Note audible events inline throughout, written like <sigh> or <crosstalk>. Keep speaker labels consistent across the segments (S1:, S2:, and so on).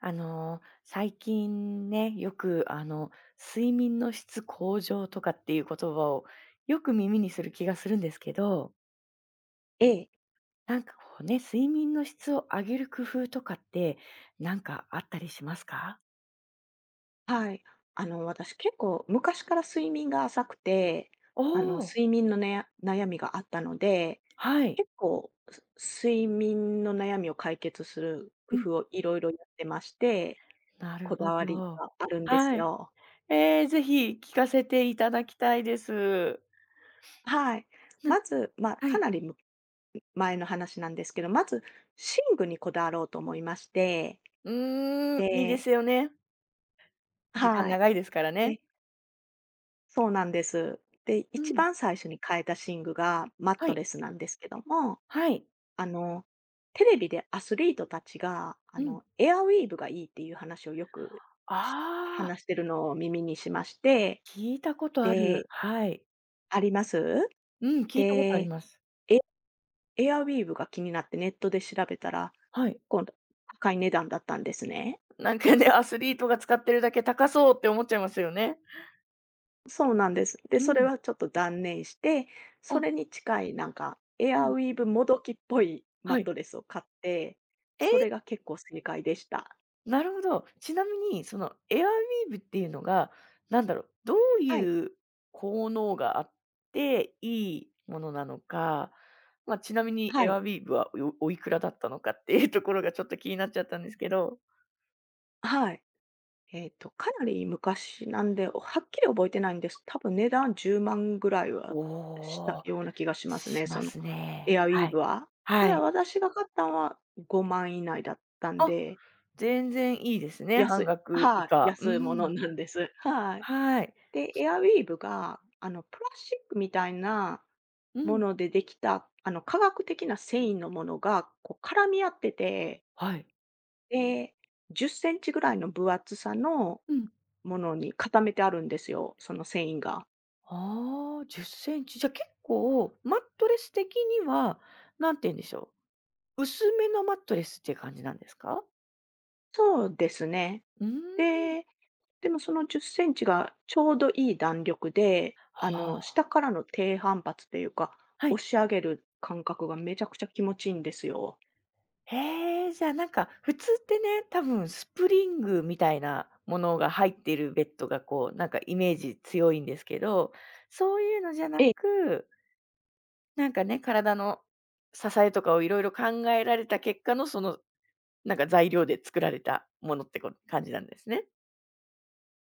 S1: 最近ね、よく睡眠の質向上とかっていう言葉をよく耳にする気がするんですけど、
S2: ええ、
S1: なんかこうね、睡眠の質を上げる工夫とかってなんかあったりしますか？
S2: はい。私結構昔から睡眠が浅くて、
S1: おおー、
S2: 睡眠のね悩みがあったので、
S1: はい。
S2: 結構、睡眠の悩みを解決する工
S1: うん、
S2: 夫をいろいろやってまして、
S1: なる
S2: こ
S1: ほ
S2: だわり
S1: ど。
S2: があるんです
S1: はい。
S2: よ。
S1: ぜひ聞かせていただきたいです。
S2: はい。
S1: な
S2: まず、まあ、
S1: は
S2: か
S1: い。
S2: なり前の話なんですけど、まず寝具にこだわろうと思いまして、
S1: うーん、いいで
S2: で、
S1: すよね。時間
S2: はい。
S1: 長いですからね。
S2: で、そうなんです。で、
S1: う
S2: 一
S1: ん、
S2: 番最初に変えた寝具がマッ
S1: は
S2: ト
S1: い、
S2: レスなんですけども、
S1: はい。
S2: あの、テレビでアスリートたちが、
S1: うん。
S2: エアウィーヴがいいっていう話をよく、
S1: あ
S2: 話し
S1: あ。
S2: てるのを耳にしまして、
S1: 聞いたことある。
S2: で、
S1: はい。
S2: あります？
S1: うん、聞いたことあり
S2: で、
S1: ます。
S2: エエアウィーヴが気になってネットで調べたら、
S1: はい。
S2: 結構高い値段だったんですね。
S1: なんかね、アスリートが使ってるだけ高そうって思っちゃいますよね。
S2: そうなんです。で、
S1: う
S2: それ
S1: ん。
S2: はちょっと断念して、そ
S1: あ、
S2: れに近いなんかエ
S1: う
S2: ア
S1: ん。
S2: ウィーヴもどきっぽいマ
S1: は
S2: ッ
S1: い。
S2: トレスを買って、それ
S1: え
S2: が結構正解でした。
S1: ーなるほど。ちなみに、そのエアウィーヴっていうのが、なんだろう、どう
S2: はい、
S1: いう効能があっていいものなのか、まあ、ちなみに
S2: は
S1: エア
S2: い、
S1: ウィーヴは、おおいくらだったのかっていうところがちょっと気になっちゃったんですけど。
S2: はい。かなり昔なんで、はっきり覚えてないんです。多分値段10万ぐらいはした
S1: おー
S2: ような気がしますね、
S1: しま
S2: その
S1: すね。
S2: エアウィ
S1: は
S2: ーヴ
S1: い。
S2: は。た
S1: は
S2: だ
S1: い。
S2: 私が買ったのは5万以内だったん
S1: あ
S2: で、
S1: 全然いいですね、半
S2: 安い、
S1: 額以
S2: はい、
S1: 下。う
S2: 安いもの
S1: ん。
S2: なんです。はい。
S1: はい。
S2: で、エアウィーヴが、プラスチックみたいな
S1: う
S2: も
S1: ん。
S2: のでできた、化学的な繊維のものがこう絡み合ってて、
S1: はい。
S2: で、10センチぐらいの分厚さの
S1: うん。
S2: ものに固めてあるんですよ、その繊維が。
S1: ああ、10センチ。じゃ、結構マットレス的には、なんて言うんでしょう、薄めのマットレスっていう感じなんですか？
S2: そうですね。
S1: うーん。
S2: で、でもその10センチがちょうどいい弾力で、
S1: はあ、
S2: 下からの低反発というか、
S1: はい。
S2: 押し上げる感覚がめちゃくちゃ気持ちいいんですよ。
S1: へえ、じゃあ、なんか、普通ってね、多分スプリングみたいなものが入ってるベッドが、こう、なんかイメージ強いんですけど、そういうのじゃな
S2: ええ、
S1: くなんかね、体の支えとかをいろいろ考えられた結果の、その、なんか材料で作られたものってこ感じなんですね。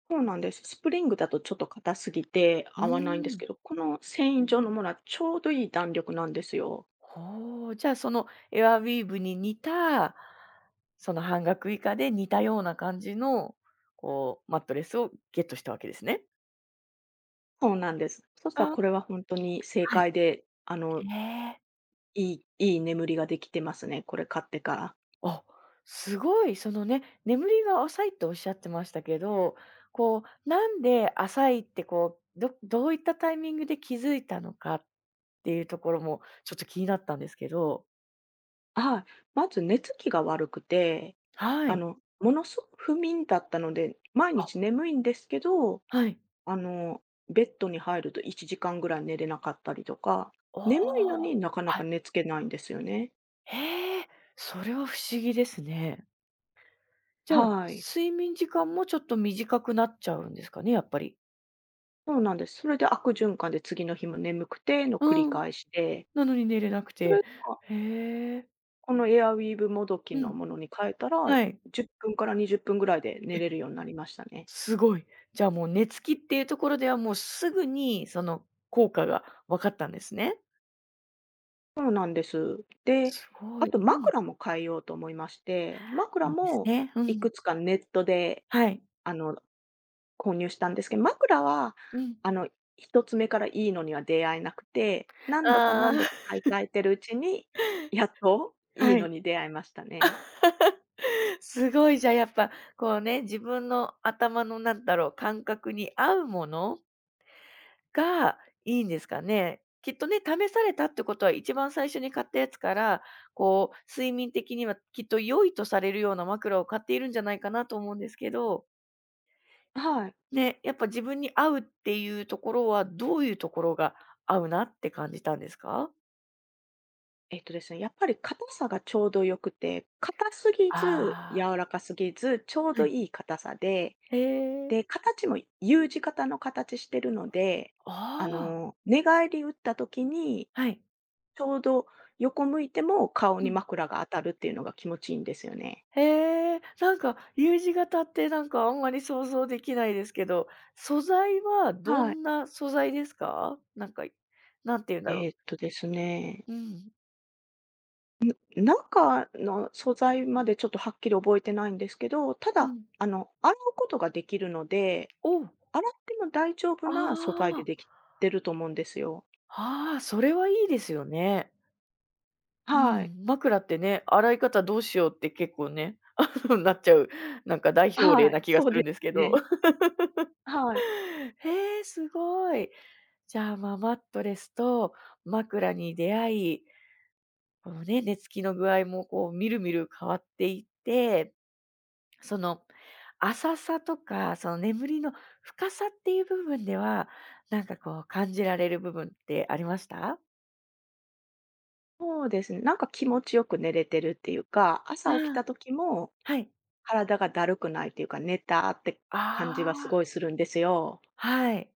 S2: そうなんです。スプリングだとちょっと硬すぎて
S1: う
S2: 合わないんで
S1: ー
S2: す
S1: ん。
S2: けど、この繊維状のものはちょうどいい弾力なんですよ。
S1: ほう、じゃあそのエアウィーヴに似た、その半額以下で似たような感じの、こうマットレスをゲットしたわけですね。
S2: そうなんです。そしたら
S1: あ、
S2: これは本当に正
S1: はい。
S2: 解で、
S1: へえ。
S2: いい眠りができてますね、これ買ってから。
S1: あ、すごいそのね、眠りが浅いっておっしゃってましたけど、こうなんで浅いってこう、どういったタイミングで気づいたのかっっていうところもちょっと気になったんですけど。
S2: はい。まず寝つきが悪くて、
S1: はい。
S2: ものすごく不眠だったので、毎
S1: あ、
S2: 日眠いんですけど、
S1: はい。
S2: あの、ベッドに入ると1時間ぐらい寝れなかったりとか、
S1: あ
S2: 眠いの
S1: あ、
S2: になかな
S1: は
S2: か
S1: い。
S2: 寝つけないんですよね。
S1: へえ、それは不思議ですね。じゃあ、
S2: はい。
S1: 睡眠時間もちょっと短くなっちゃうんですかね、やっぱり。
S2: そうなんです。それで悪循環で次の日も眠くての繰り
S1: うん、
S2: 返しで、
S1: なのに寝れなく
S2: それ
S1: て。
S2: が
S1: へえ、
S2: このエアウィーヴもどき
S1: う
S2: の
S1: ん、
S2: ものに変えたら、
S1: はい。
S2: 10分から20分ぐらいで寝
S1: え、
S2: れるようになりましたね。
S1: すごい。じゃあもう寝つきっていうところでは、もうすぐにその効果が分かったんですね。
S2: そうなんです。で、
S1: すご
S2: あ
S1: い。
S2: と
S1: うん、
S2: 枕も変えようと思いまして、枕
S1: いいです
S2: も
S1: ね。う
S2: い
S1: ん。
S2: くつかネットで、
S1: はい。
S2: あの、購入したんですけど、枕は、
S1: うん。
S2: あの、一つ目からいいのには出会えなくて、何度か
S1: ああ、
S2: 何度
S1: <laughs>
S2: か買い替えてるうちに、やっといい
S1: は
S2: の
S1: い。
S2: に出会いましたね。
S1: <laughs> すごい、じゃあ、やっぱ、こうね、自分の頭のなんだろう、感覚に合うものがいいんですかね。きっとね、試されたってことは、一番最初に買ったやつから、こう、睡眠的にはきっと良いとされるような枕を買っているんじゃないかなと思うんですけど、
S2: はい。
S1: ね、やっぱ自分に合うっていうところは、どういうところが合うなって感じたんですか？
S2: ですね、やっぱり硬さがちょうど良くて、硬すぎず、
S1: ああ
S2: 柔らかすぎず、ちょう
S1: ー。は
S2: ど
S1: い。
S2: いい硬さで
S1: へえ。
S2: で、形も U 字型の形してるので、
S1: ああ、
S2: 寝返り打った時に、
S1: はい。
S2: ちょうど横向いても顔
S1: う
S2: に
S1: ん。
S2: 枕が当たるっていうのが気持ちいいんですよね。
S1: へえ、なんか U 字型ってなんかあんまり想像できないですけど、素材はど
S2: はい。
S1: んな素材ですか？なんか、何て言うんだろう。
S2: ですね、
S1: うん。
S2: 中の素材までちょっとはっきり覚えてないんですけど、た
S1: う
S2: だ、
S1: ん。
S2: 洗うことができるので、
S1: おう
S2: 洗っても大丈夫
S1: あ
S2: な素材で
S1: あ、
S2: できてると思うんですよ。
S1: ああ、それはいいですよね。う
S2: はい。
S1: ん、枕ってね、洗い方どうしようって結構ね、<laughs> なっちゃう、なんか代表例
S2: はい、
S1: な気が
S2: そ
S1: す
S2: う
S1: る
S2: で
S1: んですけ
S2: す
S1: ど。
S2: ね。
S1: <laughs>
S2: はい。
S1: へえ、すごい。じゃあ、まあ、マットレスと枕に出会いこのね、寝つきの具合もこう、みるみる変わっていって、その、浅さとか、その眠りの深さっていう部分では、なんかこう感じられる部分ってありました？
S2: そうですね、なんか気持ちよく寝れてるっていうか、
S1: う
S2: 朝起きた
S1: ん
S2: 時も
S1: はい。
S2: 体がだるくないっていうか、寝たって感じはす
S1: ああ、
S2: ごいするんですよ。
S1: はい。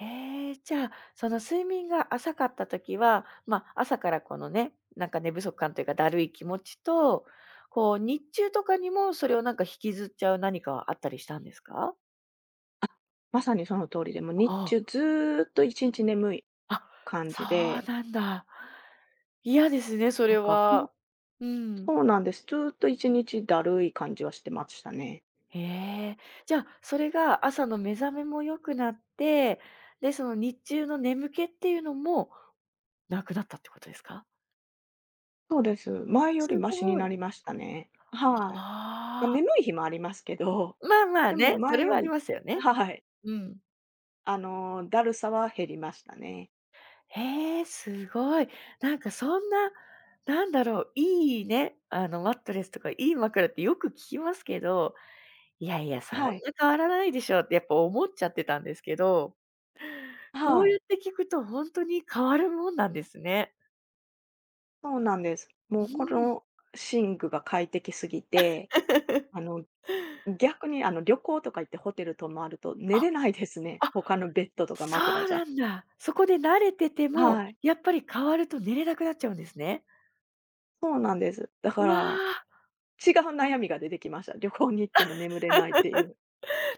S1: ええ、じゃあ、その睡眠が浅かった時は、まあ、朝からこのね、なんか寝不足感というか、だるい気持ちと、こう日中とかにもそれをなんか引きずっちゃう何かはあったりしたんですか？
S2: まさにその通りで、もう日
S1: あ
S2: 中
S1: あ。
S2: ずーっと1日眠い
S1: あ、
S2: 感
S1: そ
S2: じで、
S1: うなんだ。嫌ですね、そ
S2: な
S1: れ
S2: んか
S1: は。うん。
S2: そうなんです。ずーっと1日だるい感じはしてましたね。
S1: へえ。じゃあ、それが朝の目覚めも良くなって、で、その日中の眠気っていうのもなくなったってことですか？
S2: そうです。前より
S1: す
S2: マシに
S1: ご
S2: な
S1: い。
S2: りましたね。はい。まあ、
S1: あ
S2: 眠
S1: あ、
S2: い日もありますけど、
S1: まあまあ
S2: でも
S1: ね、そ
S2: 前
S1: れ
S2: よ
S1: はあり
S2: り、
S1: ますよね。
S2: はい、
S1: うん。
S2: だるさは減りましたね。
S1: へえ、すごい。なんかそんな、なんだろう、いいね、マットレスとかいい枕ってよく聞きますけどいやいや、そんな
S2: はい、
S1: 変わらないでしょってやっぱ思っちゃってたんですけど、こ
S2: は
S1: う
S2: い。
S1: やって聞くとほんとに変わるもんなんですね。
S2: そうなんです。
S1: う
S2: もうこ
S1: ーん。
S2: の寝具が快適すぎて、あ
S1: <laughs>
S2: の、逆に旅行とか行ってホテル泊まると寝
S1: あ、
S2: れないですね。
S1: あ、
S2: 他のベッドとか
S1: そ
S2: 枕
S1: う
S2: じゃ。
S1: なんだ。そこで慣れてても、
S2: はい。
S1: やっぱり変わると寝れなくなっちゃうんですね。
S2: そうなんです。だか
S1: わ
S2: ら、
S1: あ、
S2: 違う悩みが出てきました。旅行に行っても眠れないっていう。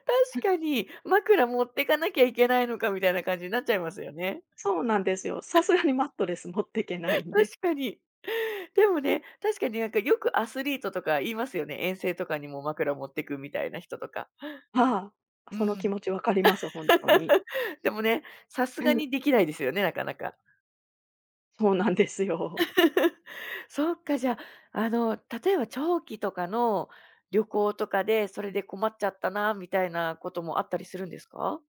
S1: 確かに、枕持ってかなきゃいけないのかみたいな感じになっちゃいますよね。
S2: そうなんですよ。さすがにマットレス持っていけな
S1: 確
S2: いんで。
S1: かに。でもね、確かになんかよくアスリートとか言いますよね。遠征とかにも枕持ってくみたいな人とか。
S2: はい。
S1: う
S2: その気
S1: ん。
S2: 持ちわかります、本当に。
S1: でもね、さす
S2: う
S1: が
S2: ん、
S1: にできないですよね、なかなか。
S2: そうなんですよ。
S1: <laughs> そっか、じゃあ、あの、例えば長期とかの旅行とかで、それで困っちゃったなみたいなこともあったりするんですか？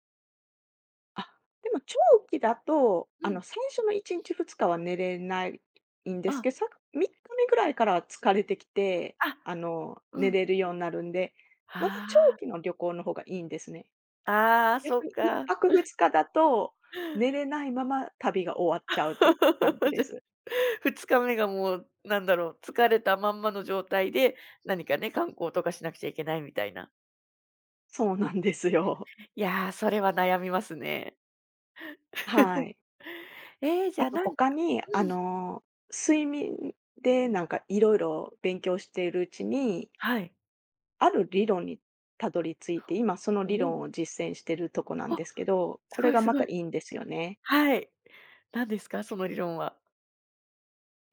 S2: あ、でも長期だと、
S1: うん。
S2: 最初の1日2日は寝れないんです
S1: あ、
S2: けど、3日目ぐらいから疲れてきて、
S1: あ、う
S2: 寝
S1: ん。
S2: れるようになるんで、まず長
S1: あ
S2: 期の旅行の方がいいんですね。
S1: あ、ああ、そ
S2: 逆
S1: っ
S2: に1
S1: か。
S2: 泊2日だと、寝れないまま旅が終わっちゃうって感じ
S1: <laughs>
S2: で
S1: じゃ、
S2: す。
S1: 2日目がもう、なんだろう、疲れたまんまの状態で、何かね、観光とかしなくちゃいけないみたいな。
S2: そうなんですよ。
S1: いやー、それは悩みますね。
S2: <laughs> は
S1: <laughs>
S2: い。
S1: じ
S2: あ
S1: ゃあ、
S2: と
S1: なんか
S2: 他に、
S1: うん、
S2: 睡眠でなんかいろいろ勉強しているうちに
S1: はい。
S2: ある理論にたどり着いて、今その
S1: お
S2: 理論
S1: お。
S2: を実践してるとこなん
S1: あ、
S2: ですけど、
S1: す
S2: これ
S1: ごい
S2: が
S1: す
S2: ま
S1: ご
S2: た
S1: い。
S2: いいんですよね。
S1: はい。何ですか？その理論は。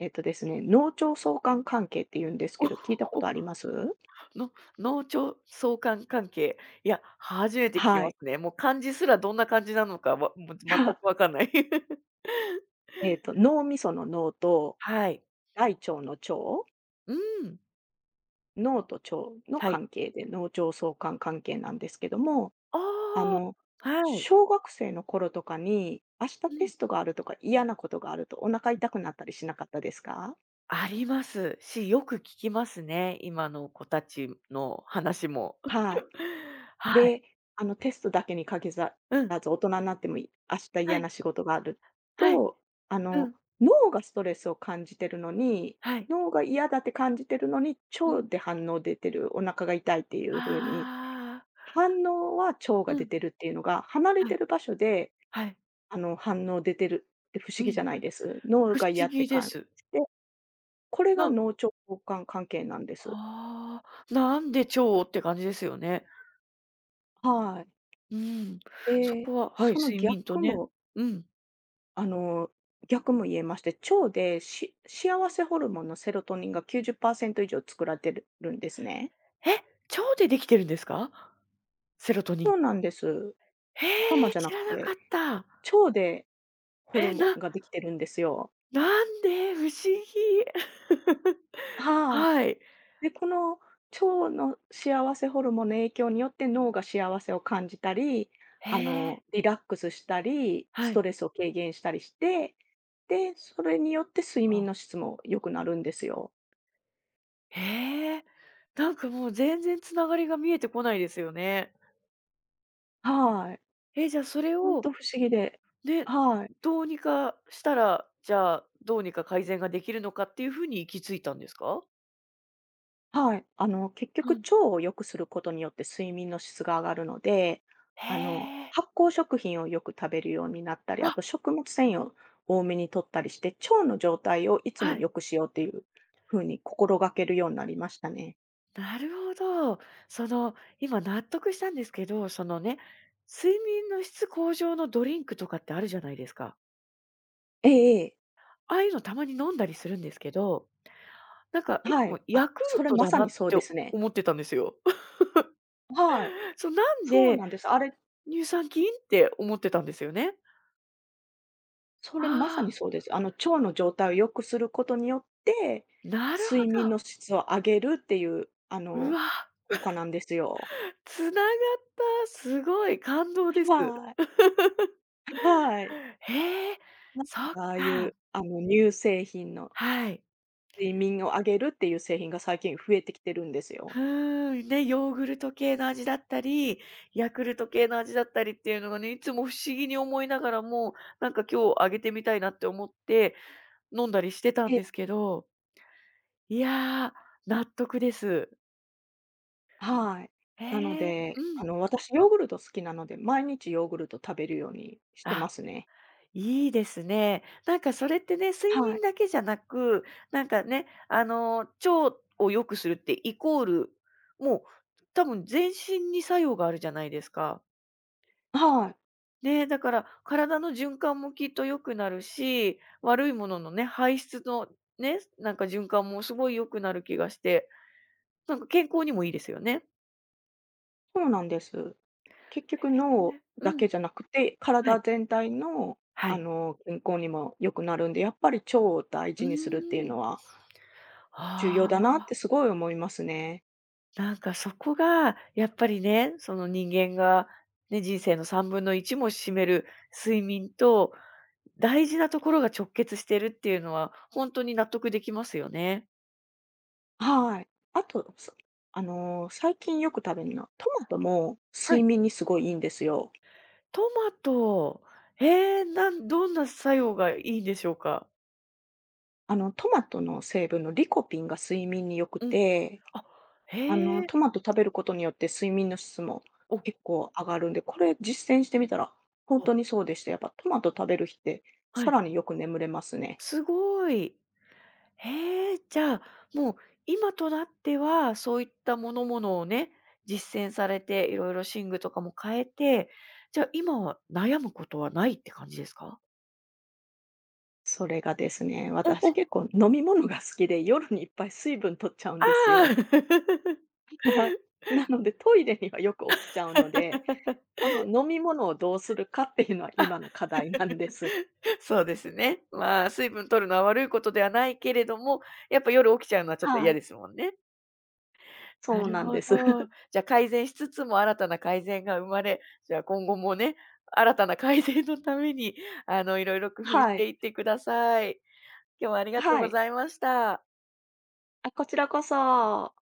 S2: ですね、脳腸相関関係って言うんです
S1: <laughs>
S2: けど、聞いたこ
S1: おお
S2: とあります？
S1: の脳腸相関関係。いや、初めて聞き
S2: は
S1: ま
S2: い。
S1: すね。もう漢字すらどんな感じなのか、わもう全くわ
S2: <laughs>
S1: かんない。<laughs>
S2: 脳みその脳と
S1: はい。
S2: 大腸の腸、
S1: うん。
S2: 脳と腸の
S1: はい。
S2: 関係で、脳腸相関関係なんですけども、あ
S1: あ
S2: の、
S1: あ、はい。
S2: 小学生の頃とかに、明日
S1: う
S2: テ
S1: ん。
S2: ストがあるとか、嫌なことがあるとお腹痛くなったりしなかったですか？
S1: ありますし、よく聞きますね。今の子たちの話も。
S2: はい。
S1: <laughs> はい。
S2: で、テストだけに限ら
S1: うん。
S2: ず、大人になっても明日
S1: は
S2: 嫌
S1: い。
S2: な仕事がある
S1: はい。
S2: と、あ
S1: う
S2: の、
S1: ん。
S2: 脳がストレスを感じてるのに、
S1: はい。
S2: 脳が嫌だって感じてるのに、
S1: う
S2: 腸
S1: ん。
S2: で反応出てる、お腹が痛いっていう風に、
S1: ああ。
S2: 反応は腸
S1: う
S2: が出
S1: ん。
S2: てるっていうのが、離れ
S1: は
S2: て
S1: い。
S2: る場所で、
S1: はい。
S2: 反応出てるって不思
S1: う
S2: 議じ
S1: ん。
S2: ゃないです。脳
S1: 不
S2: が
S1: 思
S2: 嫌って
S1: 議で
S2: 感
S1: す。
S2: じて、これが
S1: な
S2: 脳腸交換関係なんです。
S1: ああ、なんで腸って感じですよね。
S2: はい。
S1: うん。そ
S2: で、
S1: こははい、
S2: その
S1: 睡眠と
S2: 逆
S1: ね。
S2: も
S1: うん。
S2: あの、逆も言えまして、腸で幸せホルモンのセロトニンが90%以上作られてるるんですね。
S1: え、腸でできてるんですか？セロトニ
S2: そ
S1: ン。
S2: うなんです。
S1: へ
S2: 頭
S1: え、
S2: じゃ
S1: 知
S2: なく
S1: らなか
S2: て、
S1: った。
S2: 腸でホル
S1: え、
S2: モン
S1: な
S2: ができてるんですよ。
S1: んで？不思議。<laughs>
S2: は
S1: はい。
S2: い。で、この腸の幸せホルモンの影響によって脳が幸せを感じたり、
S1: へえ、
S2: リラックスしたり、ス
S1: は
S2: ト
S1: い。
S2: レスを軽減したりして、で、それによって睡眠の
S1: あ、
S2: 質も良くなるんですよ。
S1: へえ。なんかもう全然つながりが見えてこないですよね。
S2: はい。
S1: え、じゃあそれ
S2: ほん
S1: を
S2: と不思議で。
S1: ね、
S2: はい。
S1: どうにかしたら、じゃあ、どうにか改善ができるのかっていう風に行き着いたんですか？
S2: はい。結局、
S1: うん。
S2: 腸を良くすることによって睡眠の質が上がるので、
S1: へえ。
S2: 発酵食品をよく食べるようになったり、あ
S1: あ、
S2: と食物繊維を多めに摂ったりして、腸の状態をいつも
S1: はい。
S2: 良くしようっていうふうに心がけるようになりましたね。
S1: なるほど。その、今納得したんですけど、そのね、睡眠の質向上のドリンクとかってあるじゃないですか。
S2: ええええ。
S1: ああいうのたまに飲んだりするんですけど、なんかい
S2: は
S1: つ
S2: い。
S1: も
S2: あ、
S1: ヤクル
S2: それ
S1: ト
S2: ま
S1: だ
S2: さ
S1: な
S2: に
S1: っ
S2: そう
S1: て
S2: ですね。
S1: 思ってたんですよ。
S2: はい。
S1: <laughs> そう、なん
S2: そう
S1: で
S2: なんです。あれ、
S1: 乳酸菌って思ってたんですよね。
S2: そ
S1: あ
S2: れまさに
S1: あ、
S2: そうです。腸の状態を良くすることによって、
S1: なる
S2: 睡
S1: ほ
S2: 眠
S1: ど。
S2: の質を上げるっていう、
S1: うわ。
S2: 効果なんですよ。
S1: つながった、すごい感動
S2: は
S1: です。
S2: い、はい。
S1: へえ、
S2: <laughs> なんか
S1: そっ
S2: ああい
S1: か、
S2: う、乳製品の
S1: はい。
S2: 睡眠を上げるっていう製品が最近増えてきてるんですよ。
S1: うーん、ね、ヨーグルト系の味だったり、ヤクルト系の味だったりっていうのがね、いつも不思議に思いながらも、なんか今日あげてみたいなって思って、飲んだりしてたん
S2: え
S1: ですけど、いやー、納得です。
S2: はい。なの
S1: へえ、う
S2: で、
S1: ん。
S2: 私ヨーグルト好きなので、毎日ヨーグルト食べるようにして
S1: あ
S2: ますね。
S1: いいですね。なんかそれってね、睡
S2: は
S1: 眠
S2: い。
S1: だけじゃなく、なんかね、腸を良くするってイコール、もう多分全身に作用があるじゃないですか。
S2: はい。
S1: ね、だから体の循環もきっと良くなるし、悪いもののね、排出のね、なんか循環もすごい良くなる気がして、なんか健康にもいいですよね。
S2: そうなんです。結局脳
S1: う
S2: だ
S1: ん、
S2: けじゃなくて、
S1: は
S2: 体
S1: い、
S2: 全体の、
S1: はい。
S2: 健康にも良くなるんで、やっぱり腸を大
S1: う
S2: 事にするっていう
S1: ーん。
S2: のは重
S1: あ
S2: 要だ
S1: あ。
S2: なってすごい思いますね。
S1: なんかそこが、やっぱりね、その人間が、ね、人生の3分の1も占める睡眠と、大事なところが直結してるっていうのは、ほんとに納得できますよね。
S2: はい。あと、そあの、最近よく食べるのは、トマトも
S1: は
S2: 睡
S1: い。
S2: 眠にすごいいいんですよ。
S1: トマト、へえ、などんな作用がいいんでしょうか？
S2: トマトの成分のリコピンが睡眠に良く
S1: うん。
S2: て、
S1: あ、へえ、
S2: トマト食べることによって睡眠の質も
S1: お、
S2: 結構上がるんで、これ実践してみたら、本
S1: お、
S2: 当にそうでした。やっぱトマト食べる日って、
S1: は
S2: さ
S1: い。
S2: らによく眠れますね。
S1: すごい。へえ、じゃあ、もう今となっては、そういったものをね、実践されて、いろいろ寝具とかも変えて、じゃあ今は悩むことはないって感じですか？
S2: それがですね、
S1: お
S2: 私
S1: お、
S2: 結構飲み物が好きで、夜にいっぱい水分取っちゃうん
S1: あ
S2: ですよ。
S1: あ
S2: はい。なので、トイレにはよく起きちゃうので、
S1: <laughs>。
S2: この飲み物をどうするかっていうのは今の課題なんです。
S1: そうですね。まあ、水分取るのは悪いことではないけれども、やっぱ夜起きちゃうのはちょっと
S2: は
S1: 嫌
S2: い。
S1: ですもんね。な
S2: そう
S1: る
S2: なんで
S1: ほ
S2: す。
S1: ど。
S2: <laughs>
S1: じゃ、改善しつつも新たな改善が生まれ、じゃあ今後もね、新たな改善のために、いろいろ工夫し
S2: はい。
S1: ていってください。今日はありがとう
S2: は
S1: ご
S2: い。
S1: ざいました。
S2: あ、こちらこそ。